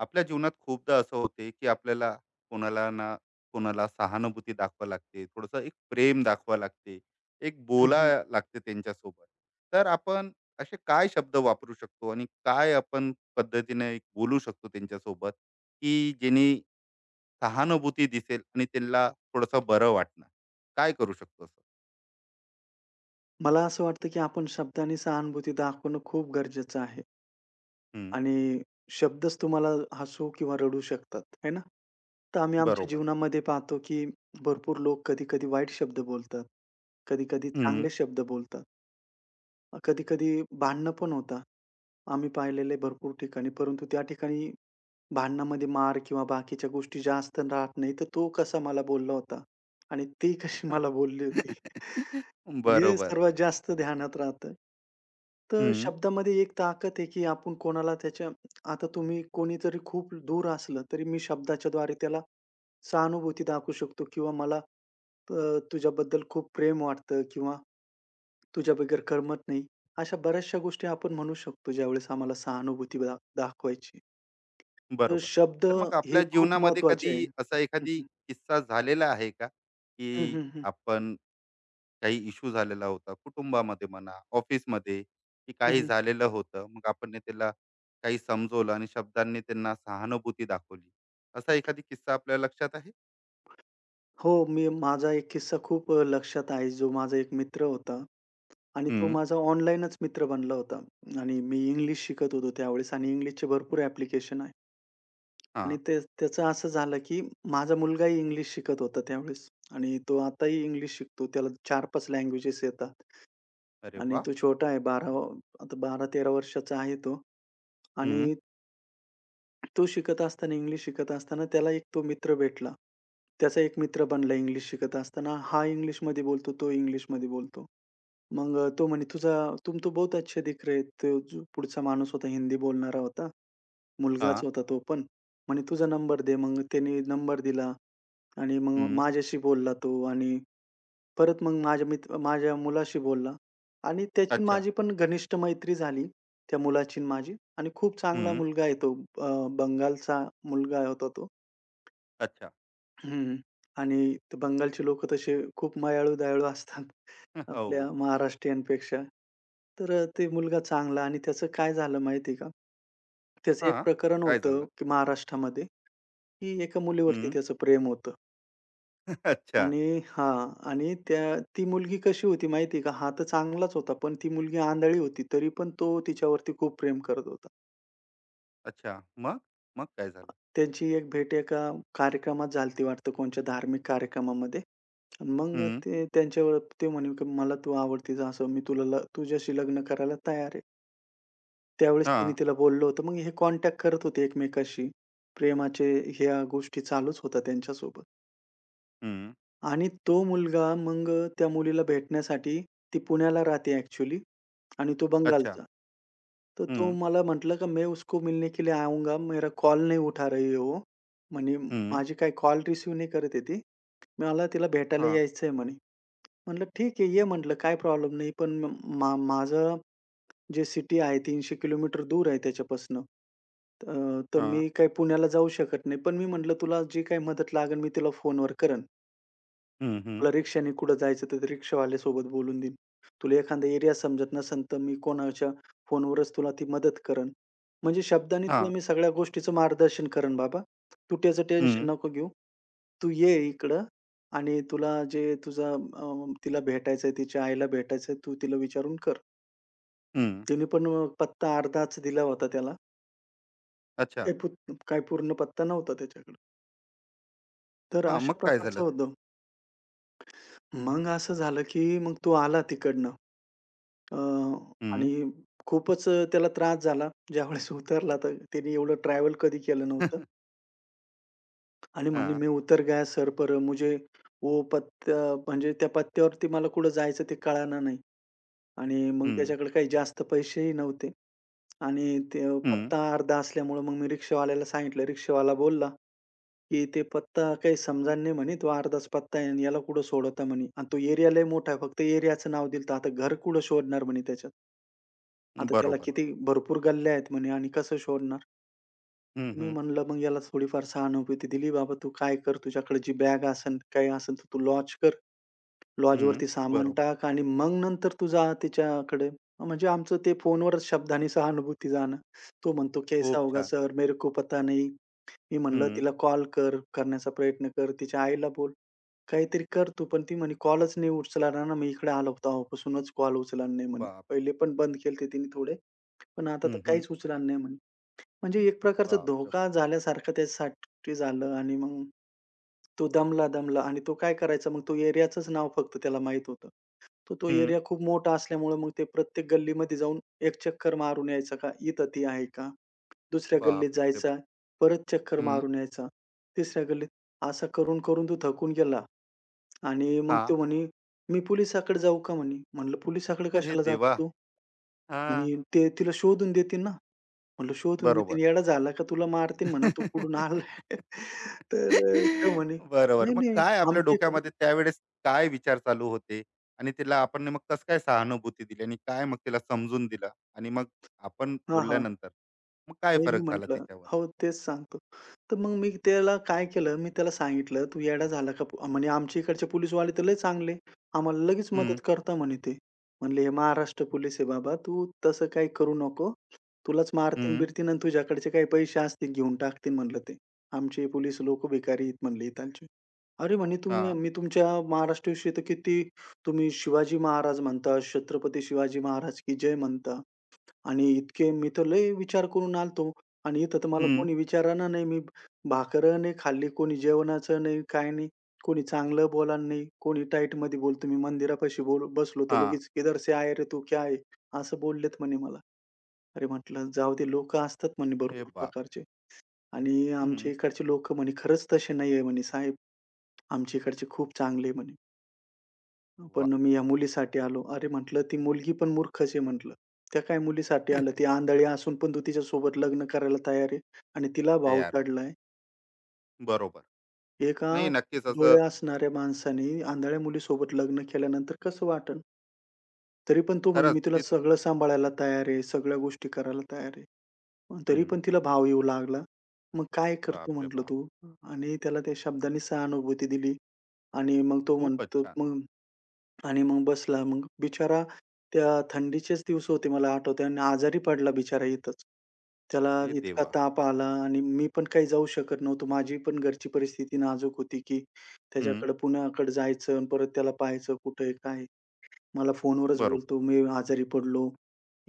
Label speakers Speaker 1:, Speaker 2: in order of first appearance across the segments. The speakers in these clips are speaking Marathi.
Speaker 1: आपल्या जीवनात खूपदा असं होते की आपल्याला कोणाला ना कोणाला सहानुभूती दाखवा लागते, थोडंसं एक प्रेम दाखवा लागते, एक
Speaker 2: हं,
Speaker 1: बोला
Speaker 2: हं.
Speaker 1: लागते त्यांच्यासोबत. तर आपण असे काय शब्द वापरू शकतो आणि काय आपण पद्धतीने एक बोलू शकतो त्यांच्यासोबत की जेणे सहानुभूती दिसेल आणि त्यांना थोडंसं बरं वाटणार? काय करू शकतो असं?
Speaker 2: मला असं वाटतं, की आपण शब्दांनी सहानुभूती दाखवणं खूप गरजेचं आहे
Speaker 1: हम्म,
Speaker 2: आणि शब्दच तुम्हाला हसू किंवा रडू शकतात, है ना? तर आम्ही आमच्या
Speaker 1: बरोबर.
Speaker 2: जीवनामध्ये पाहतो, की भरपूर लोक कधी-कधी वाईट शब्द बोलतात, कधी-कधी
Speaker 1: हम्म,
Speaker 2: चांगले शब्द बोलतात. कधी-कधी भांडणं पण होता, आम्ही पाहिलेलं आहे भरपूर ठिकाणी. परंतु त्या ठिकाणी भांडणामध्ये मार किंवा बाकीच्या गोष्टी जास्त राहत नाही. तर तो कसा मला बोलला होता आणि ती कशी मला बोलली होती. हे
Speaker 1: बरोबर.
Speaker 2: सर्वात जास्त ध्यानात राहतं. तर शब्दामध्ये एक ताकद आहे, की आपण कोणाला त्याच्या आता तुम्ही कोणीतरी खूप दूर असलं, तरी मी शब्दाच्याद्वारे त्याला सहानुभूती दाखवू शकतो किंवा मला तुझ्याबद्दल खूप प्रेम वाटतं किंवा तुझ्याबगैर करमत नाही. अशा बऱ्याचशा गोष्टी आपण म्हणू शकतो ज्यावेळेस आम्हाला सहानुभूती दाखवायची. तर
Speaker 1: बरोबर.
Speaker 2: शब्द
Speaker 1: तर मग
Speaker 2: हे
Speaker 1: आपल्या
Speaker 2: खूप
Speaker 1: जीवनामध्ये
Speaker 2: महत्वाचे आहे.
Speaker 1: कधी असा
Speaker 2: हं,
Speaker 1: एखादी
Speaker 2: हं.
Speaker 1: किस्सा झालेला आहे का,
Speaker 2: हं,
Speaker 1: की
Speaker 2: हं, हं.
Speaker 1: आपण काही इश्यू झालेला होता कुटुंबामध्ये म्हणा, ऑफिसमध्ये, की काही झालेलं होतं. मग आपण ने त्याला काही समजवलं आणि शब्दांनी त्यांना सहानुभूती दाखवली. असा एखादा किस्सा आपल्या लक्षात आहे?
Speaker 2: हो, मी माझा एक किस्सा खूप लक्षात आहे. जो माझा एक मित्र होता आणि तो
Speaker 1: हं.
Speaker 2: माझा ऑनलाईनच मित्र बनला होता आणि मी इंग्लिश शिकत होतो त्यावेळेस आणि इंग्लिशचे भरपूर ॲप्लिकेशन आहे. आणि
Speaker 1: हां.
Speaker 2: ते त्याचं असं झालं, की माझा मुलगाही इंग्लिश शिकत होता त्यावेळेस आणि तो आताही इंग्लिश शिकतो. त्याला 4-5 लँग्वेजेस येतात
Speaker 1: अरे
Speaker 2: आणि
Speaker 1: वाह!
Speaker 2: तो छोटा आहे 12 आता 12-13 वर्षाचा आहे तो. आणि
Speaker 1: हं.
Speaker 2: तो शिकत असताना, इंग्लिश शिकत असताना त्याला एक तो मित्र भेटला. त्याचा एक मित्र बनला इंग्लिश शिकत असताना. हा इंग्लिशमध्ये बोलतो, तो इंग्लिशमध्ये बोलतो. मग तो म्हणे, तुम तो बहुत अच्छे दिख रहे." तो जो पुढचा माणूस होता, हिंदी बोलणारा होता. मुलगाच
Speaker 1: हां.
Speaker 2: होता तो पण. म्हणे, "तुझा नंबर दे." मग त्याने नंबर दिला आणि मग
Speaker 1: हं.
Speaker 2: माझ्याशी बोलला तो आणि परत मग माझ्या मुलाशी बोलला आणि त्याची आणि
Speaker 1: अच्छा.
Speaker 2: माझी पण घनिष्ठ मैत्री झाली, त्या मुलाची आणि माझी आणि खूप चांगला
Speaker 1: हं.
Speaker 2: मुलगा आहे तो. बंगालचा मुलगा होता तो.
Speaker 1: अच्छा.
Speaker 2: हं. आणि ते बंगालचे लोकं तसे खूप मायाळू-दयाळू असतात.
Speaker 1: हो.
Speaker 2: आपल्या महाराष्ट्रीयनपेक्षा. तर ते मुलगा चांगला आणि त्याचं काय झालं माहिती आहे का? त्याचं एक
Speaker 1: हां.
Speaker 2: प्रकरण
Speaker 1: काय
Speaker 2: होतं,
Speaker 1: झालं?
Speaker 2: की महाराष्ट्रामध्ये, की एका मुलीवरती
Speaker 1: हं.
Speaker 2: त्याचं प्रेम होतं
Speaker 1: अच्छा.
Speaker 2: आणि हां. आणि त्या ती मुलगी कशी होती माहिती का? हा तर चांगलाच होता, पण ती मुलगी आंधळी होती. तरी पण तो तिच्यावरती खूप प्रेम करत होता.
Speaker 1: अच्छा. मग? मग काय झालं?
Speaker 2: त्यांची एक भेट एका कार्यक्रमात झाली होती वाटतं कोणत्या धार्मिक कार्यक्रमामध्ये. आणि मग
Speaker 1: हं.
Speaker 2: ते त्यांच्यावर ते म्हणे, की "मला तू आवडतीस असं मी तुला ल तुझ्याशी लग्न करायला तयार आहे." त्यावेळेस त्यांनी
Speaker 1: हां.
Speaker 2: तिला बोललं होतं. मग हे कॉन्टॅक्ट करत होते एकमेकाशी. प्रेमाचे ह्या गोष्टी चालूच होत्या त्यांच्यासोबत.
Speaker 1: हं.
Speaker 2: आणि तो मुलगा मग त्या मुलीला भेटण्यासाठी ती पुण्याला राहते ॲक्चुअली आणि तो
Speaker 1: अच्छा.
Speaker 2: बंगालचा. तर तो
Speaker 1: हं,
Speaker 2: मला म्हटला, "का मैं उसको मिलने के लिए आऊँगा. मेरा कॉल नहीं उठा रही है वो." म्हणे
Speaker 1: हं.
Speaker 2: माझी काही कॉल रिसीव्ह नाही करत आहे ती. मला तिला भेटायला
Speaker 1: हां,
Speaker 2: यायचं आहे म्हणे. म्हटलं, "ठीक आहे, ये" म्हटलं, "काय प्रॉब्लेम नाही. पण म मा माझं जे सिटी आहे 300 किलोमीटर दूर आहे त्याच्यापासून. अ, तर
Speaker 1: हां.
Speaker 2: मी काही पुण्याला जाऊ शकत नाही. पण मी म्हटलं, "तुला जी काही मदत लागेल मी तुला फोनवर करेन.
Speaker 1: हं, हं.
Speaker 2: तुला रिक्षाने कुठं जायचं तर ते रिक्षावाल्यासोबत बोलून देईन. तुला एखादा एरिया समजत नसेल तर मी कोणाच्या फोनवरच तुला ती मदत करेन." म्हणजे शब्दांनी तुला
Speaker 1: हां.
Speaker 2: मी सगळ्या गोष्टीचं मार्गदर्शन करेन बाबा. तू त्याचं टेन्शन
Speaker 1: हं,
Speaker 2: नको घेऊ. तू ये इकडं आणि तुला जे तुझा तिला भेटायचंय, तिच्या आईला भेटायचंय, तू तिला विचारून कर.
Speaker 1: हं.
Speaker 2: त्याने पण पत्ता अर्धाच दिला होता त्याला.
Speaker 1: अच्छा.
Speaker 2: ते पुत काही पूर्ण पत्ता नव्हता त्याच्याकडे. तर
Speaker 1: हां, मग
Speaker 2: अशा
Speaker 1: काय
Speaker 2: प्रकारचं
Speaker 1: झालं?
Speaker 2: होतं. मग असं झालं, की मग तो आला तिकडनं अ, आणि
Speaker 1: हं.
Speaker 2: खूपच त्याला त्रास झाला. ज्यावेळेस उतरला तर त्याने एवढं ट्रॅव्हल कधी केलं नव्हतं आणि म्हणे,
Speaker 1: हां.
Speaker 2: "मैं उतर गया सर पर मुझे वो पत्ता म्हणजे त्या पत्त्यावरती मला कुठं जायचं ते कळालं नाही." आणि मग
Speaker 1: हं,
Speaker 2: त्याच्याकडे काही जास्त पैसेही नव्हते. आणि ते
Speaker 1: हं.
Speaker 2: पत्ता अर्धा असल्यामुळं मग मी रिक्षावाल्याला सांगितलं. रिक्षावाला बोलला, की "ते पत्ता काही समजा नाही म्हणे, तो अर्धाच पत्ता आहे आणि याला कुठं सोडवता?" म्हणे. "आणि तो एरिया लय मोठा आहे, फक्त एरियाचं नाव दिलं तर आता घर कुठं शोधणार?" म्हणे त्याच्यात. "आता त्याला
Speaker 1: बरोबर.
Speaker 2: किती भरपूर गल्ल्या आहेत म्हणे आणि कसं शोधणार?"
Speaker 1: हं,
Speaker 2: मी
Speaker 1: हं.
Speaker 2: म्हणलं, "मग याला थोडीफार सहानुभूती दिली. बाबा तू काय कर, तुझ्याकडे जी बॅग असेल, काही असेल तर तू लॉन्च कर.
Speaker 1: हं.
Speaker 2: लॉजवरती सामान
Speaker 1: बरोबर.
Speaker 2: टाक आणि मग नंतर तू जा तिच्याकडे. म्हणजे आमचं ते फोनवरच शब्दांनी सहानुभूती जाणं. तो म्हणतो, "कैसा
Speaker 1: खूप
Speaker 2: होगा
Speaker 1: छान.
Speaker 2: सर, मेरे को पता नहीं." मी म्हणलं,
Speaker 1: हं.
Speaker 2: "तिला कॉल कर, करण्याचा प्रयत्न कर, तिच्या आईला बोल, काहीतरी कर तू." पण ती म्हणे, "कॉलच नाही उचलणार ना, मी इकडे आलो होतो तेव्हापासूनच कॉल उचलणार नाही." म्हणे.
Speaker 1: बापरे!
Speaker 2: पहिले पण बंद केलते तिने थोडे, पण आता तर
Speaker 1: हं, हं.
Speaker 2: काहीच उचलणार नाही म्हणे. म्हणजे एक प्रकारचा
Speaker 1: बापरे
Speaker 2: धोका
Speaker 1: बाप!
Speaker 2: झाल्यासारखं त्याच्यासाठी झालं आणि मग तो दमला आणि तो काय करायचा मग तो एरियाचंच नाव फक्त त्याला माहीत होतं. तर तो
Speaker 1: हं.
Speaker 2: एरिया खूप मोठा असल्यामुळे मग ते प्रत्येक गल्लीमध्ये जाऊन एक चक्कर मारून यायचा का, इथं ती आहे का? दुसऱ्या गल्लीत
Speaker 1: बापरे
Speaker 2: जायचा,
Speaker 1: बाप!
Speaker 2: परत चक्कर
Speaker 1: हं.
Speaker 2: मारून यायचा, तिसऱ्या गल्लीत. असं करून, करून तो थकून गेला आणि मग तो
Speaker 1: हां.
Speaker 2: म्हणे, "मी पोलिसाकडे जाऊ का?" म्हणे. म्हणलं, "पोलिसाकडे
Speaker 1: अरे
Speaker 2: कशाला जातो
Speaker 1: देवा!
Speaker 2: तू?"
Speaker 1: हां.
Speaker 2: म्हणे, "ते तिला शोधून देतील ना." म्हटलं, "शोधून देतील,
Speaker 1: बरोबर.
Speaker 2: येडा झाला का तुला मारतील म्हणून तू कुठून आलाय?" तर तो म्हणे,
Speaker 1: बरोबर.
Speaker 2: "नाही,
Speaker 1: मग
Speaker 2: नाही,
Speaker 1: काय आपल्या
Speaker 2: आमच्या इकडचे"
Speaker 1: डोक्यामध्ये त्यावेळेस काय विचार चालू होते? आणि तिला आपण मग कसं काय सहानुभूती दिली आणि काय मग तिला समजून दिलं? आणि मग आपण
Speaker 2: हां, हां.
Speaker 1: बोलल्यानंतर मग काय
Speaker 2: हे मी
Speaker 1: फरक झाला
Speaker 2: म्हटलं.
Speaker 1: त्याच्यावर?
Speaker 2: हो, तेच सांगतो. तर मग मी त्याला काय केलं, मी त्याला सांगितलं, "तू येडा झाला का?" म्हणे आमच्या इकडचे पोलीसवाले तर लय चांगले. आम्हाला लगेच
Speaker 1: हं,
Speaker 2: मदत करता म्हणे ते. म्हणले, "हे महाराष्ट्र पोलीस आहे बाबा. तू तसं काही करू नको. तुलाच
Speaker 1: हं,
Speaker 2: मारतीन-बिरतीन आणि तुझ्याकडचे काही पैसे असतील घेऊन टाकतीन," म्हणलं ते. "आमचे पोलीस लोक भिकारी आहेत," म्हणले इथालचे. "अरे," म्हणे, "तुम्ही
Speaker 1: हां,
Speaker 2: मी तुमच्या महाराष्ट्राविषयी तर किती तुम्ही शिवाजी महाराज म्हणता, छत्रपती शिवाजी महाराज की जय म्हणता. आणि इतके मी तर लय विचार करून आलतो आणि इथं तर मला
Speaker 1: हं,
Speaker 2: कोणी विचाराना नाही. मी भाकर नाही खाल्ली, कोणी जेवणाचं नाही, काही नाही. कोणी चांगलं बोलायला नाही, कोणी टाईटमध्ये बोलतो. मी मंदिरापाशी बोल बसलो तर
Speaker 1: हां.
Speaker 2: लगेच "किधर से आये रे तू? क्या है?" असं बोललेत म्हणे मला. अरे म्हटलं जाऊ दे लोकं असतात म्हणे
Speaker 1: हे
Speaker 2: भरपूर
Speaker 1: बापरे!
Speaker 2: प्रकारचे आणि
Speaker 1: हं,
Speaker 2: आमच्या इकडचे लोकं म्हणे खरंच तसे नाहीये म्हणे साहेब. आमच्या इकडचे खूप चांगले आहे म्हणे. पण
Speaker 1: वाह!
Speaker 2: मी या मुलीसाठी आलो. अरे म्हटलं, "ती मुलगी पण मूर्खच आहे" म्हटलं. "त्या काय मुलीसाठी आलं? ती आंधळी असून पण तू तिच्यासोबत लग्न करायला तयार आहे आणि तिला भाव
Speaker 1: तयार होत.
Speaker 2: चढलाय."
Speaker 1: बरोबर.
Speaker 2: एका
Speaker 1: नाही नक्कीच असं.
Speaker 2: डोळे असणाऱ्या माणसाने आंधळ्या मुलीसोबत लग्न केल्यानंतर कसं वाटेल? तरी पण तो म्हणे,
Speaker 1: खरंच
Speaker 2: "मी तुला
Speaker 1: ते तर
Speaker 2: सगळं सांभाळायला तयार आहे, सगळ्या गोष्टी करायला तयार आहे." पण तरी पण
Speaker 1: हं.
Speaker 2: तिला भाव येऊ लागला. "मग काय करतो?"
Speaker 1: बापरे
Speaker 2: म्हटलं,
Speaker 1: बाप!
Speaker 2: "तू?" आणि त्याला त्या शब्दांनी सहानुभूती दिली आणि मग तो
Speaker 1: खूपच
Speaker 2: म्हणतो,
Speaker 1: छान.
Speaker 2: "मग" आणि मग बसला. मग बिचारा त्या थंडीचेच दिवस होते मला आठवतंय आणि आजारी पडला बिचारा इथंच. त्याला
Speaker 1: अरे
Speaker 2: इतका
Speaker 1: देवा!
Speaker 2: ताप आला आणि मी पण काही जाऊ शकत नव्हतो. माझी पण घरची परिस्थिती नाजूक होती, की
Speaker 1: हं,
Speaker 2: त्याच्याकडे पुण्याकडे जायचं आणि परत त्याला पाहायचं कुठं आहे, काय आहे? मला फोनवरच
Speaker 1: बरोबर,
Speaker 2: बोलतो, "मी आजारी पडलो.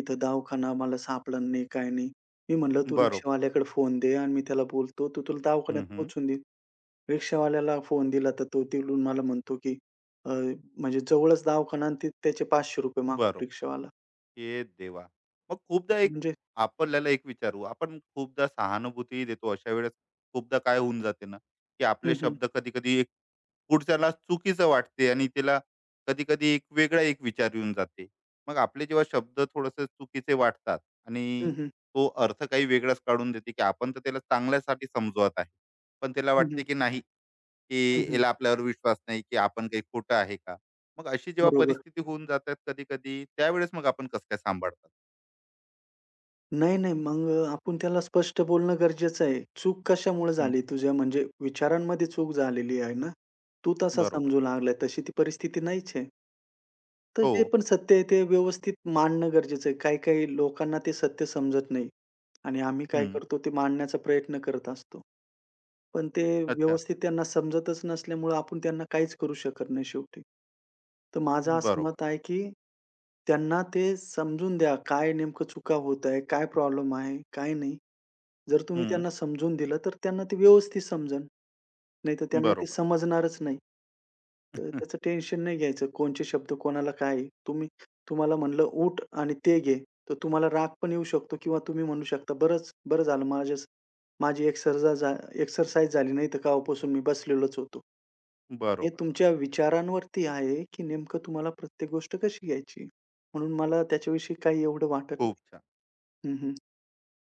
Speaker 2: इथं दवाखाना मला सापडला नाही, काही नाही." मी म्हणलं, "तू
Speaker 1: बरोबर.
Speaker 2: रिक्षावाल्याकडे फोन दे आणि मी त्याला बोलतो, तो तुला दवाखान्यात
Speaker 1: हं, हं.
Speaker 2: पोहोचून देईल." रिक्षावाल्याला फोन दिला, तर तो तिकडून मला म्हणतो, की अ, म्हणजे जवळच दवाखाना आणि ते त्याचे ₹500 मागतो
Speaker 1: बरोबर.
Speaker 2: रिक्षावाला.
Speaker 1: हे देवा. मग खूपदा
Speaker 2: हं.
Speaker 1: एक
Speaker 2: म्हणजे
Speaker 1: आपल्याला एक विचारू, आपण खूपदा सहानुभूती देतो अशा वेळेस खूपदा काय होऊन जाते ना, की
Speaker 2: हं,
Speaker 1: आपले
Speaker 2: हं.
Speaker 1: शब्द कधी कधी एक पुढच्याला चुकीचं वाटते आणि त्याला कधी कधी एक वेगळा एक विचार येऊन जाते. मग आपले जेव्हा शब्द थोडस चुकीचे वाटतात
Speaker 2: हं,
Speaker 1: आणि
Speaker 2: हं.
Speaker 1: तो अर्थ काही वेगळाच काढून देते, की आपण तर त्याला चांगल्यासाठी समजवत आहे, पण त्याला
Speaker 2: हं,
Speaker 1: वाटते
Speaker 2: हं.
Speaker 1: की नाही, की
Speaker 2: हं, हं.
Speaker 1: याला आपल्यावर विश्वास नाही, की आपण काही खोटं आहे का? मग अशी जेव्हा
Speaker 2: बरोबर.
Speaker 1: परिस्थिती होऊन जातात कधी-कधी, त्यावेळेस मग आपण कसं काय सांभाळतात?
Speaker 2: नाही, नाही. मग आपण त्याला स्पष्ट बोलणं गरजेचं आहे. चूक कशामुळे
Speaker 1: हं,
Speaker 2: झाली तुझ्या म्हणजे विचारांमध्ये चूक झालेली आहे ना. तू तसा
Speaker 1: बरोबर.
Speaker 2: समजू लागलाय, तशी ती परिस्थिती नाहीच आहे. तर
Speaker 1: हो.
Speaker 2: जे पण सत्य आहे ते व्यवस्थित मांडणं गरजेचं आहे. काही-काही लोकांना ते सत्य समजत नाही आणि आम्ही काय
Speaker 1: हं.
Speaker 2: करतो ते मांडण्याचा प्रयत्न करत असतो. पण ते
Speaker 1: अच्छा.
Speaker 2: व्यवस्थित त्यांना समजतच नसल्यामुळं आपण त्यांना काहीच करू शकत नाही शेवटी. तर माझं असं
Speaker 1: बरोबर.
Speaker 2: मत आहे, की त्यांना ते समजून द्या, काय नेमकं चुका होत आहे, काय प्रॉब्लेम आहे, काय नाही. जर तुम्ही
Speaker 1: हं.
Speaker 2: त्यांना समजून दिलं, तर त्यांना ते व्यवस्थित समजन. नाहीतर त्यांना ते
Speaker 1: बरोबर.
Speaker 2: समजणारच नाही. तर त्याचं टेन्शन नाही घ्यायचं. कोणचे शब्द कोणाला काय? आहे. तुम्ही तुम्हाला म्हणलं, "उठ आणि ते घे." तर तुम्हाला राग पण येऊ शकतो किंवा तुम्ही म्हणू शकता, "बरंच बरं झालं माझ्याच माझी एक्सरजा झा एक्सरसाइज झाली नाही, तर कालपासून मी बसलेलोच होतो." हे
Speaker 1: बरोबर.
Speaker 2: तुमच्या विचारांवरती आहे, की नेमकं तुम्हाला प्रत्येक गोष्ट कशी घ्यायची. म्हणून मला त्याच्याविषयी काही एवढं वाटत
Speaker 1: खूप
Speaker 2: नाही.
Speaker 1: छान.
Speaker 2: हं, हं.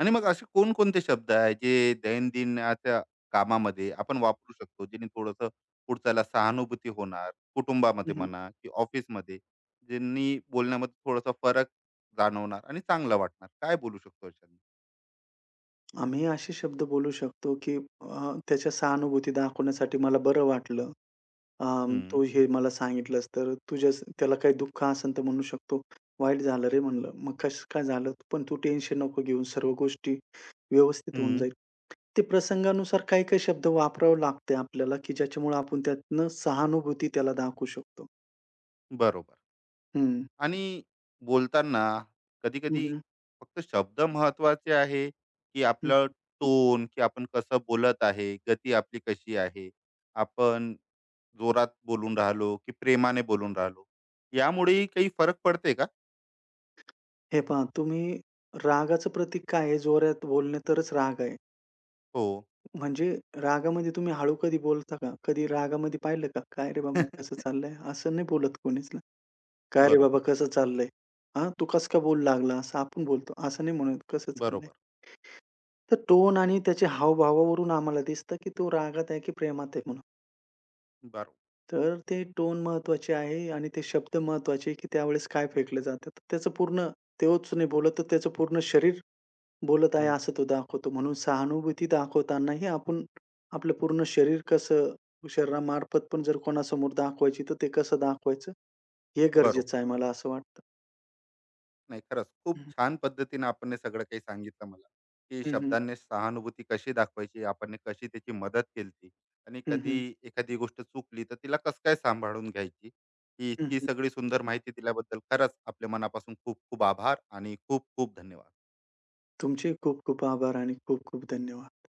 Speaker 1: आणि मग असे कोणकोणते शब्द आहेत, जे दैनंदिनाच्या कामामध्ये आपण वापरू शकतो, जेणे थोडंसं पुढच्याला सहानुभूती होणार, कुटुंबामध्ये
Speaker 2: हं,
Speaker 1: म्हणा की ऑफिसमध्ये, ज्यांनी बोलण्यामध्ये थोडासा फरक जाणवणार आणि चांगलं वाटणार? काय बोलू शकतो अशाने?
Speaker 2: आम्ही असे शब्द बोलू शकतो, की त्याच्या सहानुभूती दाखवण्यासाठी मला बरं वाटलं "तू हे मला सांगितलंस तर तुझ्या त्याला काही दुःख असेल तर म्हणू शकतो, 'वाईट झालं रे,' म्हणलं. 'मग कसं काय झालं?' पण तू टेन्शन नको घेऊ. सर्व गोष्टी व्यवस्थित होऊन
Speaker 1: हं,
Speaker 2: जाईल." ते प्रसंगानुसार काही-काही शब्द वापरावे लागते आपल्याला, की ज्याच्यामुळे आपण त्यातनं सहानुभूती त्याला दाखवू शकतो.
Speaker 1: बरोबर.
Speaker 2: हं.
Speaker 1: आणि बोलताना
Speaker 2: हं,
Speaker 1: कधी-कधी
Speaker 2: हं.
Speaker 1: फक्त शब्द महत्त्वाचे आहे, की आपलं टोन, की आपण कसं बोलत आहे, गती आपली कशी आहे, आपण जोरात बोलून राहिलो, की प्रेमाने बोलून राहिलो, यामुळेही काही फरक पडते का?
Speaker 2: हे पहा तुम्ही रागाचं प्रतीक काय आहे? जोरात बोलणे तरच राग आहे.
Speaker 1: हो.
Speaker 2: म्हणजे रागामध्ये तुम्ही हळू कधी बोलता का? कधी रागामध्ये पाहिलं का? "काय रे बाबा, कसं चाललंय?" असं नाही बोलत कोणीच. "काय रे
Speaker 1: बरोबर,
Speaker 2: बाबा कसं चाललंय? हां, तू कसं काय बोलू लागला?" असं आपण बोलतो. असं नाही म्हणत, "कसं चाललंय?"
Speaker 1: बरोबर,
Speaker 2: तर टोन आणि त्याच्या हावभावावरून आम्हाला दिसतं, की तो रागात आहे की प्रेमात आहे म्हणून.
Speaker 1: बरोबर.
Speaker 2: तर ते टोन महत्त्वाचे आहे आणि ते शब्द महत्त्वाचे आहे, की त्यावेळेस काय फेकलं जातं. तर त्याचं पूर्ण तोच नाही बोलत, तर त्याचं पूर्ण शरीर बोलत आहे
Speaker 1: हं,
Speaker 2: असं तो दाखवतो. म्हणून सहानुभूती दाखवतानाही आपण आपलं पूर्ण शरीर कसं शरीरामार्फत पण जर कोणासमोर दाखवायची, तर ते कसं दाखवायचं हे गरजेचं
Speaker 1: बरोबर.
Speaker 2: आहे मला असं वाटतं.
Speaker 1: नाही, खरंच खूप
Speaker 2: हं,
Speaker 1: छान पद्धतीने आपण हे सगळं काही सांगितलं मला, की
Speaker 2: हं, हं,
Speaker 1: शब्दांनी सहानुभूती कशी दाखवायची, आपण हे कशी त्याची मदत केली आणि कधी
Speaker 2: हं,
Speaker 1: एखादी गोष्ट चुकली तर तिला कसं काय सांभाळून घ्यायची. ही
Speaker 2: हं,
Speaker 1: इतकी
Speaker 2: हं.
Speaker 1: सगळी सुंदर माहिती दिल्याबद्दल खरंच आपल्या मनापासून खूप खूप आभार आणि खूप खूप धन्यवाद.
Speaker 2: तुमचे खूप खूप आभार आणि खूप खूप धन्यवाद.